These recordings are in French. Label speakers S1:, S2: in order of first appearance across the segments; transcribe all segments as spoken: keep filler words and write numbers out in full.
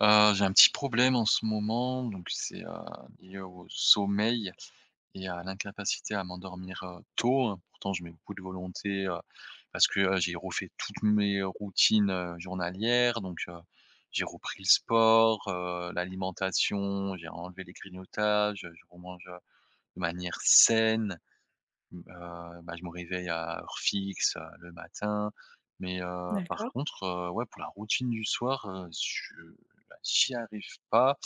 S1: Heu, j'ai un petit problème en ce moment, donc c'est, heu, lié au sommeil et à l'incapacité à m'endormir, heu, tôt. Pourtant je mets beaucoup de volonté, heu, parce que, heu, j'ai refait toutes mes routines, heu, journalières, donc heu, j'ai repris le sport, heu, l'alimentation, j'ai enlevé les grignotages, je remange, heu, de manière saine. Mmh. Bah, je me réveille à heure fixe, heu, le matin, mais heu, par
S2: D'accord,
S1: contre, heu, ouais, pour la routine du soir, heu, je bah, j'y arrive pas.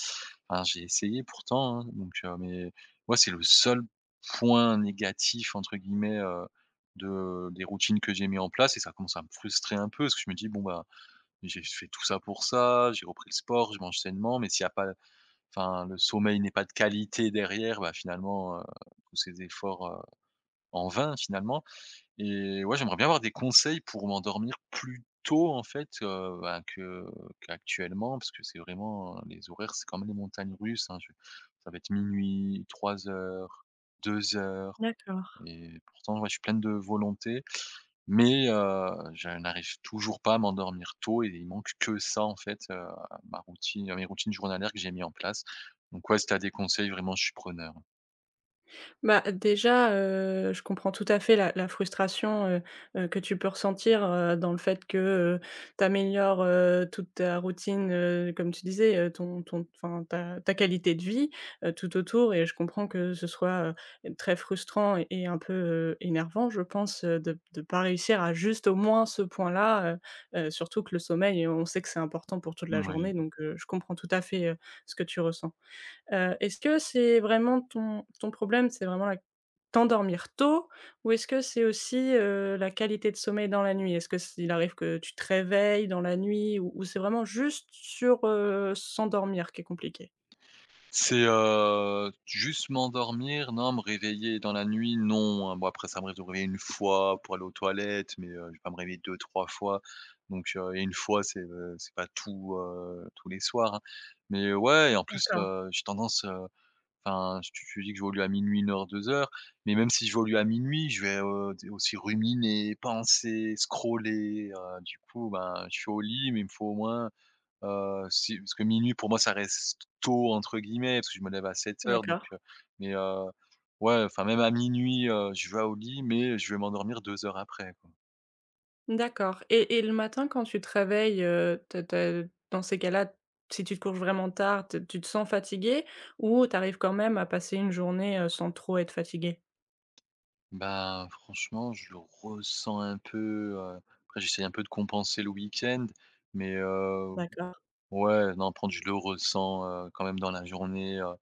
S1: Enfin, j'ai essayé pourtant, hein, donc heu, mais ouais, c'est le seul point «négatif» entre guillemets, heu, de des routines que j'ai mis en place et ça commence à me frustrer un peu parce que je me dis: «Bon, bah, j'ai fait tout ça pour ça, j'ai repris le sport, je mange sainement» mais s'il y a pas enfin, le sommeil n'est pas de qualité derrière, bah, finalement, heu, tous ces efforts, en vain finalement. Et ouais, j'aimerais bien avoir des conseils pour m'endormir plus tôt en fait, heu, bah, que qu'actuellement parce que c'est vraiment, les horaires, c'est comme les montagnes russes, hein, je ça va être minuit, trois heures, deux heures.
S2: d'accord.
S1: Et pourtant ouais, je suis plein de volonté mais heu, je n'arrive toujours pas à m'endormir tôt et il manque que ça en fait, heu, à ma routine à mes routines journalières que j'ai mis en place. Donc ouais, si t'as des conseils, vraiment je suis preneur.
S2: Bah, déjà, heu, je comprends tout à fait la la frustration, heu heu, que tu peux ressentir, heu, dans le fait que, heu, tu améliores, toute ta routine, heu, comme tu disais, heu, ton ton enfin ta ta qualité de vie, heu, tout autour et je comprends que ce soit, heu, très frustrant et et un peu, heu, énervant, je pense, heu, de ne pas réussir à juste au moins ce point-là, heu heu, surtout que le sommeil, on sait que c'est important pour toute la
S1: Moui.
S2: journée donc heu, je comprends tout à fait, heu, ce que tu ressens. Heu, est-ce que c'est vraiment ton ton problème, c'est vraiment la t'endormir tôt ou est-ce que c'est aussi, heu, la qualité de sommeil dans la nuit? Est-ce que s'il arrive que tu te réveilles dans la nuit ou ou c'est vraiment juste sur, heu, s'endormir qui est compliqué?
S1: C'est, heu, juste m'endormir, non, me réveiller dans la nuit, non, hein. Bon, après ça m'arrive de me réveiller une fois pour aller aux toilettes, mais, heu, je vais pas me réveiller deux trois fois. Donc, heu et une fois, c'est, heu, c'est pas tout, heu, tous les soirs, hein. Mais ouais et en plus,
S2: D'accord,
S1: heu, j'ai tendance, heu, enfin, je te je te dis que je vais au lit à minuit, une heure, deux heures mais même si je vais au lit à minuit je vais, heu, aussi ruminer, penser, scroller, heu, du coup, ben, je suis au lit, mais il me faut au moins. Heu, si parce que minuit pour moi ça reste tôt entre guillemets, parce que je me lève à sept heures donc
S2: d'accord,
S1: heu, mais heu, ouais, enfin même à minuit heu, je vais au lit, mais je vais m'endormir deux heures après, quoi.
S2: d'accord et et le matin quand tu te réveilles, heu, tu as tu as dans ces cas-là, si tu te couches vraiment tard, t tu te sens fatigué ou tu arrives quand même à passer une journée, heu, sans trop être fatigué?
S1: Bah, franchement, je le ressens un peu, heu, après j'essaye un peu de compenser le week-end, mais heu,
S2: D'accord.
S1: ouais, non, par je le ressens, heu, quand même dans la journée, euh,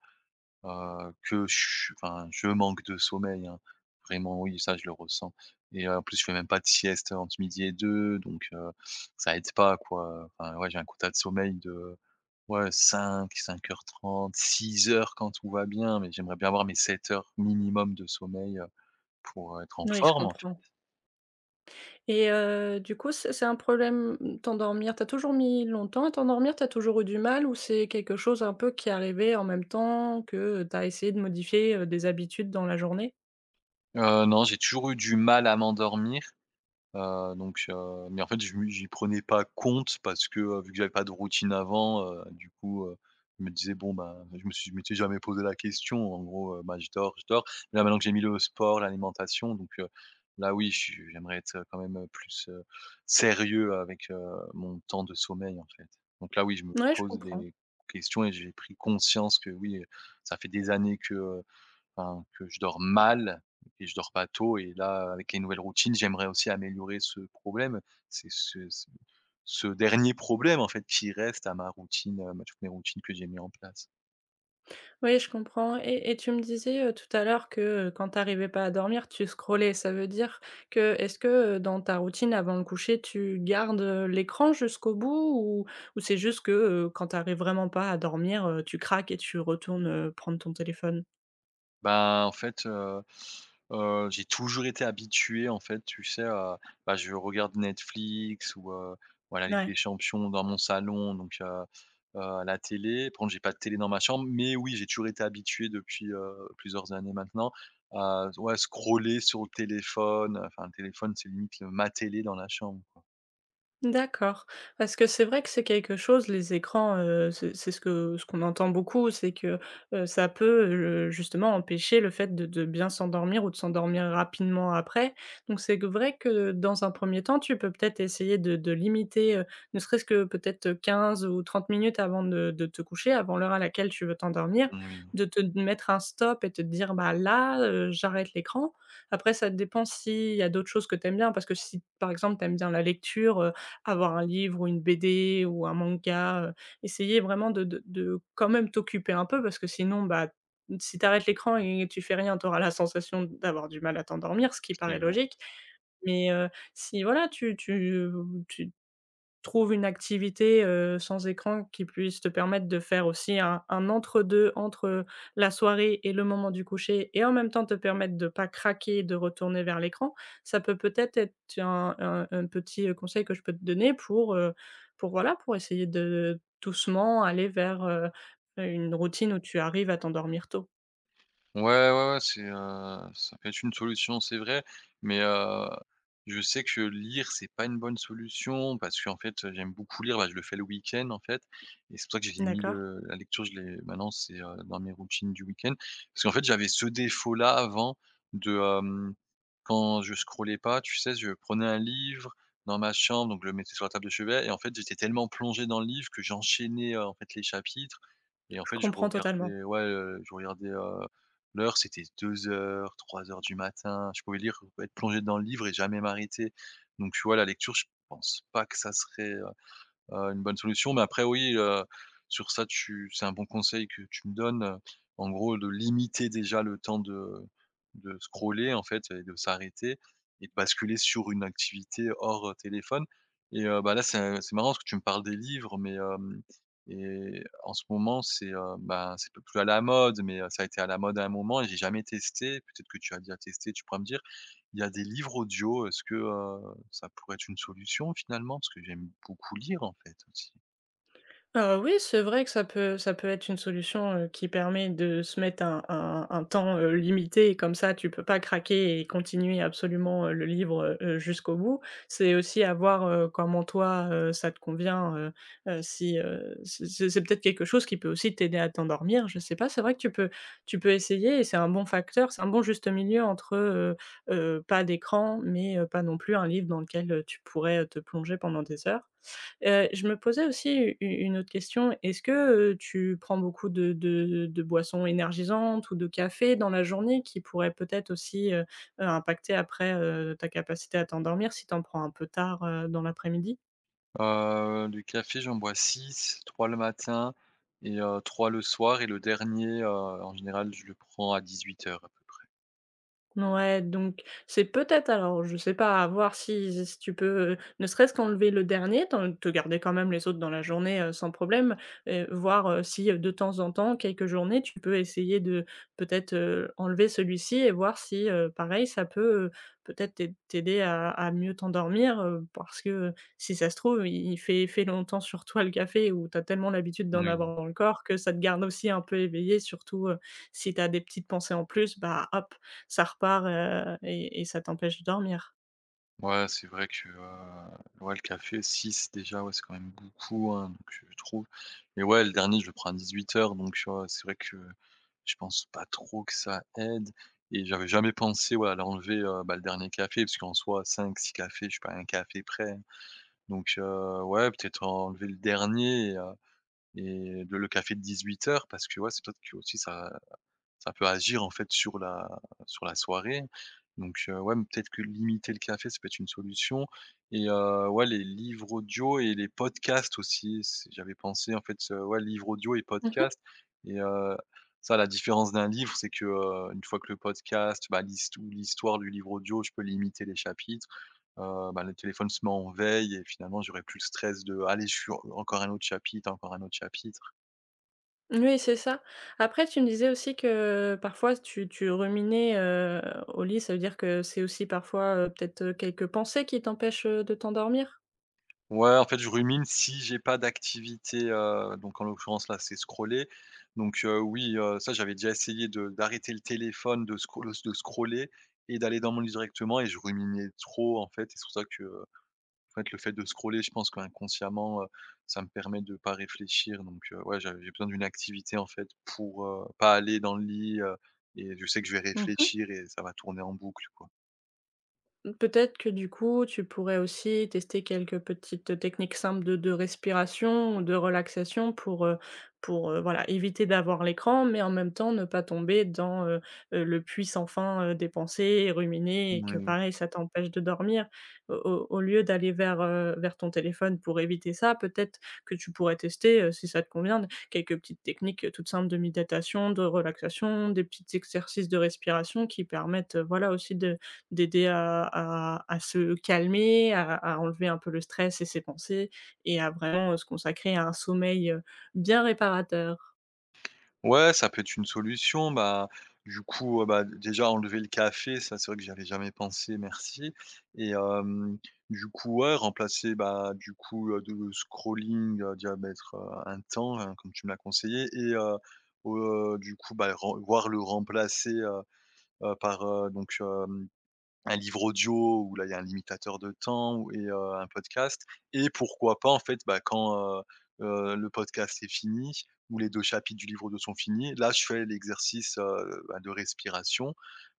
S1: Heu, que je enfin, je manque de sommeil, hein. Vraiment, oui, ça je le ressens et heu, en plus, je fais même pas de sieste entre midi et deux, donc heu, ça aide pas, quoi. Enfin, ouais, j'ai un quota de sommeil de, ouais, cinq, cinq heures trente, six heures quand tout va bien, mais j'aimerais bien avoir mes sept heures minimum de sommeil, heu, pour être en
S2: Oui, je
S1: forme, en
S2: comprends.
S1: fait.
S2: Et heu, du coup, c'est c'est un problème, mmh, t'endormir? Tu toujours mis longtemps à t'endormir? T'as toujours eu du mal ou c'est quelque chose un peu qui est arrivé en même temps que, t'as essayé de modifier, heu, des habitudes dans la journée?
S1: Heu, non, j'ai toujours eu du mal à m'endormir. Heu, donc heu, mais en fait, je me j'y prenais pas compte parce que, heu, vu que j'avais pas de routine avant, heu, du coup, heu, je me disais: «Bon, bah», je me suis je m'étais jamais posé la question. En gros, heu, bah, je dors, je dors. Là, maintenant que j'ai mis le sport, l'alimentation, donc heu, là, oui, je suis j'aimerais être, quand même, heu, plus, heu, sérieux avec, heu, mon temps de sommeil, en fait. Donc là, oui, je me
S2: Ouais, je
S1: pose
S2: comprends.
S1: des questions et j'ai pris conscience que oui, ça fait des années que, euh, Enfin, que je dors mal et je dors pas tôt et là, avec les nouvelles routines, j'aimerais aussi améliorer ce problème. C'est ce ce ce dernier problème, en fait, qui reste à ma routine, heu, à toutes mes routines que j'ai mis en place.
S2: Oui, je comprends et et tu me disais, heu, tout à l'heure que, heu, quand t'arrivais pas à dormir, tu scrollais. Ça veut dire que est-ce que, heu, dans ta routine avant le coucher, tu gardes, heu, l'écran jusqu'au bout ou ou c'est juste que, heu, quand t'arrives vraiment pas à dormir, heu, tu craques et tu retournes, heu, prendre ton téléphone?
S1: Ben en fait, heu heu, j'ai toujours été habitué, en fait, tu sais, à bah, je regarde Netflix ou heu, voilà, la Ligue des
S2: Ouais.
S1: champions dans mon salon, donc heu heu, à la télé. Par contre, j'ai pas de télé dans ma chambre, mais oui, j'ai toujours été habitué depuis, heu, plusieurs années maintenant à ouais, scroller sur le téléphone, enfin, le téléphone, c'est limite le- ma télé dans la chambre.
S2: D'accord. Parce que c'est vrai que c'est quelque chose, les écrans, heu, c'est c'est ce que ce qu'on entend beaucoup, c'est que, heu, ça peut, heu, justement empêcher le fait de de bien s'endormir ou de s'endormir rapidement après. Donc c'est que vrai que dans un premier temps, tu peux peut-être essayer de de limiter, heu, ne serait-ce que peut-être quinze ou trente minutes avant de de te coucher, avant l'heure à laquelle tu veux t'endormir,
S1: Oui.
S2: de te mettre un stop et te dire: «Bah, là, heu, j'arrête l'écran». Après ça dépend s'il y a d'autres choses que tu aimes bien, parce que si, par exemple, tu aimes bien la lecture, avoir un livre ou une B D ou un manga, heu, essayer vraiment de de de quand même t'occuper un peu parce que sinon, bah, si tu arrêtes l'écran et tu fais rien, tu auras la sensation d'avoir du mal à t'endormir, ce qui paraît logique. Mais, heu, si voilà, tu tu, heu, tu Trouve une activité, heu, sans écran qui puisse te permettre de faire aussi un un entre-deux entre, la soirée et le moment du coucher et en même temps te permettre de pas craquer, et de retourner vers l'écran. Ça peut peut-être être un un un petit, heu, conseil que je peux te donner pour, heu, pour voilà, pour essayer de doucement aller vers, heu, une routine où tu arrives à t'endormir tôt.
S1: Ouais, ouais, ouais, c'est, heu, ça peut être une solution, c'est vrai, mais, heu, je sais que lire, c'est pas une bonne solution parce qu'en fait, heu, j'aime beaucoup lire, bah, je le fais le week-end, en fait et c'est pour ça que j'ai mis
S2: D'accord?
S1: le la lecture, je l'ai maintenant, c'est, heu, dans mes routines du week-end. Parce qu'en fait, j'avais ce défaut-là avant de, hem, quand je scrollais pas, tu sais, je prenais un livre dans ma chambre, donc je le mettais sur la table de chevet et en fait, j'étais tellement plongé dans le livre que j'enchaînais, heu, en fait, les chapitres et en
S2: Je
S1: fait, je
S2: comprends totalement.
S1: regardais ouais, heu, je regardais, heu l'heure, c'était deux heures, trois heures du matin. Je pouvais lire, être plongé dans le livre et jamais m'arrêter. Donc tu vois, la lecture, je pense pas que ça serait, heu, une bonne solution. Mais après oui, heu, sur ça tu c'est un bon conseil que tu me donnes, heu, en gros de limiter déjà le temps de de scroller en fait et de s'arrêter et de basculer sur une activité hors, heu, téléphone et heu, bah, là c'est c'est marrant parce que tu me parles des livres mais hem et en ce moment c'est, heu, bah, c'est p plus à la mode mais heu, ça a été à la mode à un moment et j'ai jamais testé. Peut-être que tu as déjà testé, tu pourras me dire. Il y a des livres audio, est-ce que, heu ça pourrait être une solution finalement, parce que j'aime beaucoup lire en fait aussi.
S2: Heu, oui, c'est vrai que ça peut ça peut être une solution, heu, qui permet de se mettre un un un temps, heu, limité et comme ça tu peux pas craquer et continuer absolument, heu, le livre, heu, jusqu'au bout. C'est aussi à voir, heu, comment toi, heu, ça te convient, heu heu, si, heu, c'est c'est c'est peut-être quelque chose qui peut aussi t'aider à t'endormir, je sais pas. C'est vrai que tu peux tu peux essayer et c'est un bon facteur, c'est un bon juste milieu entre, heu heu, pas d'écran mais, heu, pas non plus un livre dans lequel, heu, tu pourrais, heu, te plonger pendant des heures. Heu, je me posais aussi u une autre question. Est-ce que, heu, tu prends beaucoup de de de boissons énergisantes ou de café dans la journée qui pourraient peut-être aussi, heu heu, impacter après, heu, ta capacité à t'endormir si tu en prends un peu tard, heu, dans l'après-midi?
S1: Heu, du café, j'en bois six, trois le matin et heu, trois le soir et le dernier, heu, en général, je le prends à dix-huit heures à peu près.
S2: Ouais, donc c'est peut-être alors je sais pas, à voir si si tu peux, heu, ne serait-ce qu'enlever le dernier, t'en te garder quand même les autres dans la journée, heu, sans problème, heu, voir, heu, si, heu, de temps en temps, quelques journées, tu peux essayer de peut-être, heu, enlever celui-ci et voir si, heu, pareil ça peut, heu, peut-être t'ai t'aider à à mieux t'endormir, heu, parce que, si ça se trouve, il il fait effet longtemps sur toi le café ou t'as tellement l'habitude d'en
S1: Oui.
S2: avoir dans le corps que ça te garde aussi un peu éveillé surtout, heu, si t'as des petites pensées en plus, bah, hop, ça repart, heu et et ça t'empêche de dormir.
S1: Ouais, c'est vrai que, heu, ouais, le café six déjà, ouais, c'est quand même beaucoup, hein, donc je trouve et ouais, le dernier, je le prends à dix-huit heures, donc heu, c'est vrai que je pense pas trop que ça aide et j'avais jamais pensé, ouais, à l'enlever, heu, bah, le dernier café, parce qu'en soi cinq, six cafés, je suis pas à un café près. Donc heu, ouais, peut-être enlever le dernier et heu et le le café de dix-huit heures parce que ouais, c'est peut-être que aussi ça ça peut agir en fait sur la sur la soirée. Donc, heu, ouais, mais peut-être que limiter le café, ça peut être une solution et heu, ouais, les livres audio et les podcasts aussi, c'est j'avais pensé en fait, heu, ouais, livres audio et
S2: Mmh.
S1: podcasts et heu, ça, la différence d'un livre, c'est que, heu, une fois que le podcast, bah, l'hist ou l'histoire du livre audio, je peux limiter les chapitres. Heu, bah, le téléphone se met en veille et finalement, j'aurai plus le stress de: «Allez, je suis en encore un autre chapitre, encore un autre chapitre».
S2: Oui, c'est ça. Après, tu me disais aussi que parfois tu tu ruminais, heu, au lit. Ça veut dire que c'est aussi parfois, heu, peut-être, heu, quelques pensées qui t'empêchent, heu, de t'endormir?
S1: Ouais, en fait, je rumine si j'ai pas d'activité, heu, donc en l'occurrence là, c'est scroller. Donc heu, oui, heu, ça j'avais déjà essayé de d'arrêter le téléphone, de scroll de scroller et d'aller dans mon lit directement et je ruminais trop en fait et c'est pour ça que, euh, en fait, le fait de scroller, je pense qu'inconsciemment, heu, ça me permet de pas réfléchir donc heu, ouais, j'avais j'ai besoin d'une activité en fait pour, heu, pas aller dans le lit, heu et je sais que je vais
S2: Mmh.
S1: réfléchir et ça va tourner en boucle, quoi.
S2: Peut-être que du coup, tu pourrais aussi tester quelques petites techniques simples de de respiration ou de relaxation pour, heu, pour, heu, voilà, éviter d'avoir l'écran, mais en même temps ne pas tomber dans, heu heu, le puits sans fin, heu, des pensées et ruminer et que pareil, ça t'empêche de dormir. Au au au lieu d'aller vers, heu, vers ton téléphone pour éviter ça, peut-être que tu pourrais tester, heu, si ça te convient, quelques petites techniques, heu, toutes simples de méditation, de relaxation, des petits exercices de respiration qui permettent, heu, voilà aussi de d'aider à à à se calmer, à à enlever un peu le stress et ses pensées et à vraiment, heu, se consacrer à un sommeil, heu, bien réparateur.
S1: Ouais, ça peut être une solution. Bah, du coup, heu, bah, déjà enlever le café, ça, c'est vrai que j'y avais jamais pensé, merci et hem, du coup, ouais, remplacer, bah, du coup, heu, de le scrolling, heu, déjà mettre, heu, un temps, hein, comme tu me l'as conseillé et heu, au du coup, bah, ren voir le remplacer, heu heu, par, heu, donc un livre audio où là, il y a un limitateur de temps ou et heu, un podcast et pourquoi pas en fait, bah, quand, heu heu, le podcast est fini ou les deux chapitres du livre audio sont finis, là je fais l'exercice, heu, bah, de respiration.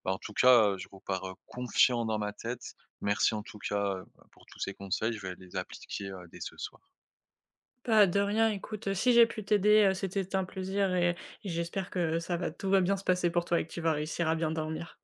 S1: Bah, en tout cas, heu, je repars, heu, confiant dans ma tête. Merci en tout cas, heu, pour tous ces conseils, je vais les appliquer, heu, dès ce soir.
S2: Pas de rien, écoute, heu, si j'ai pu t'aider, heu, c'était un plaisir et et j'espère que ça va tout va bien se passer pour toi et que tu vas réussir à bien dormir.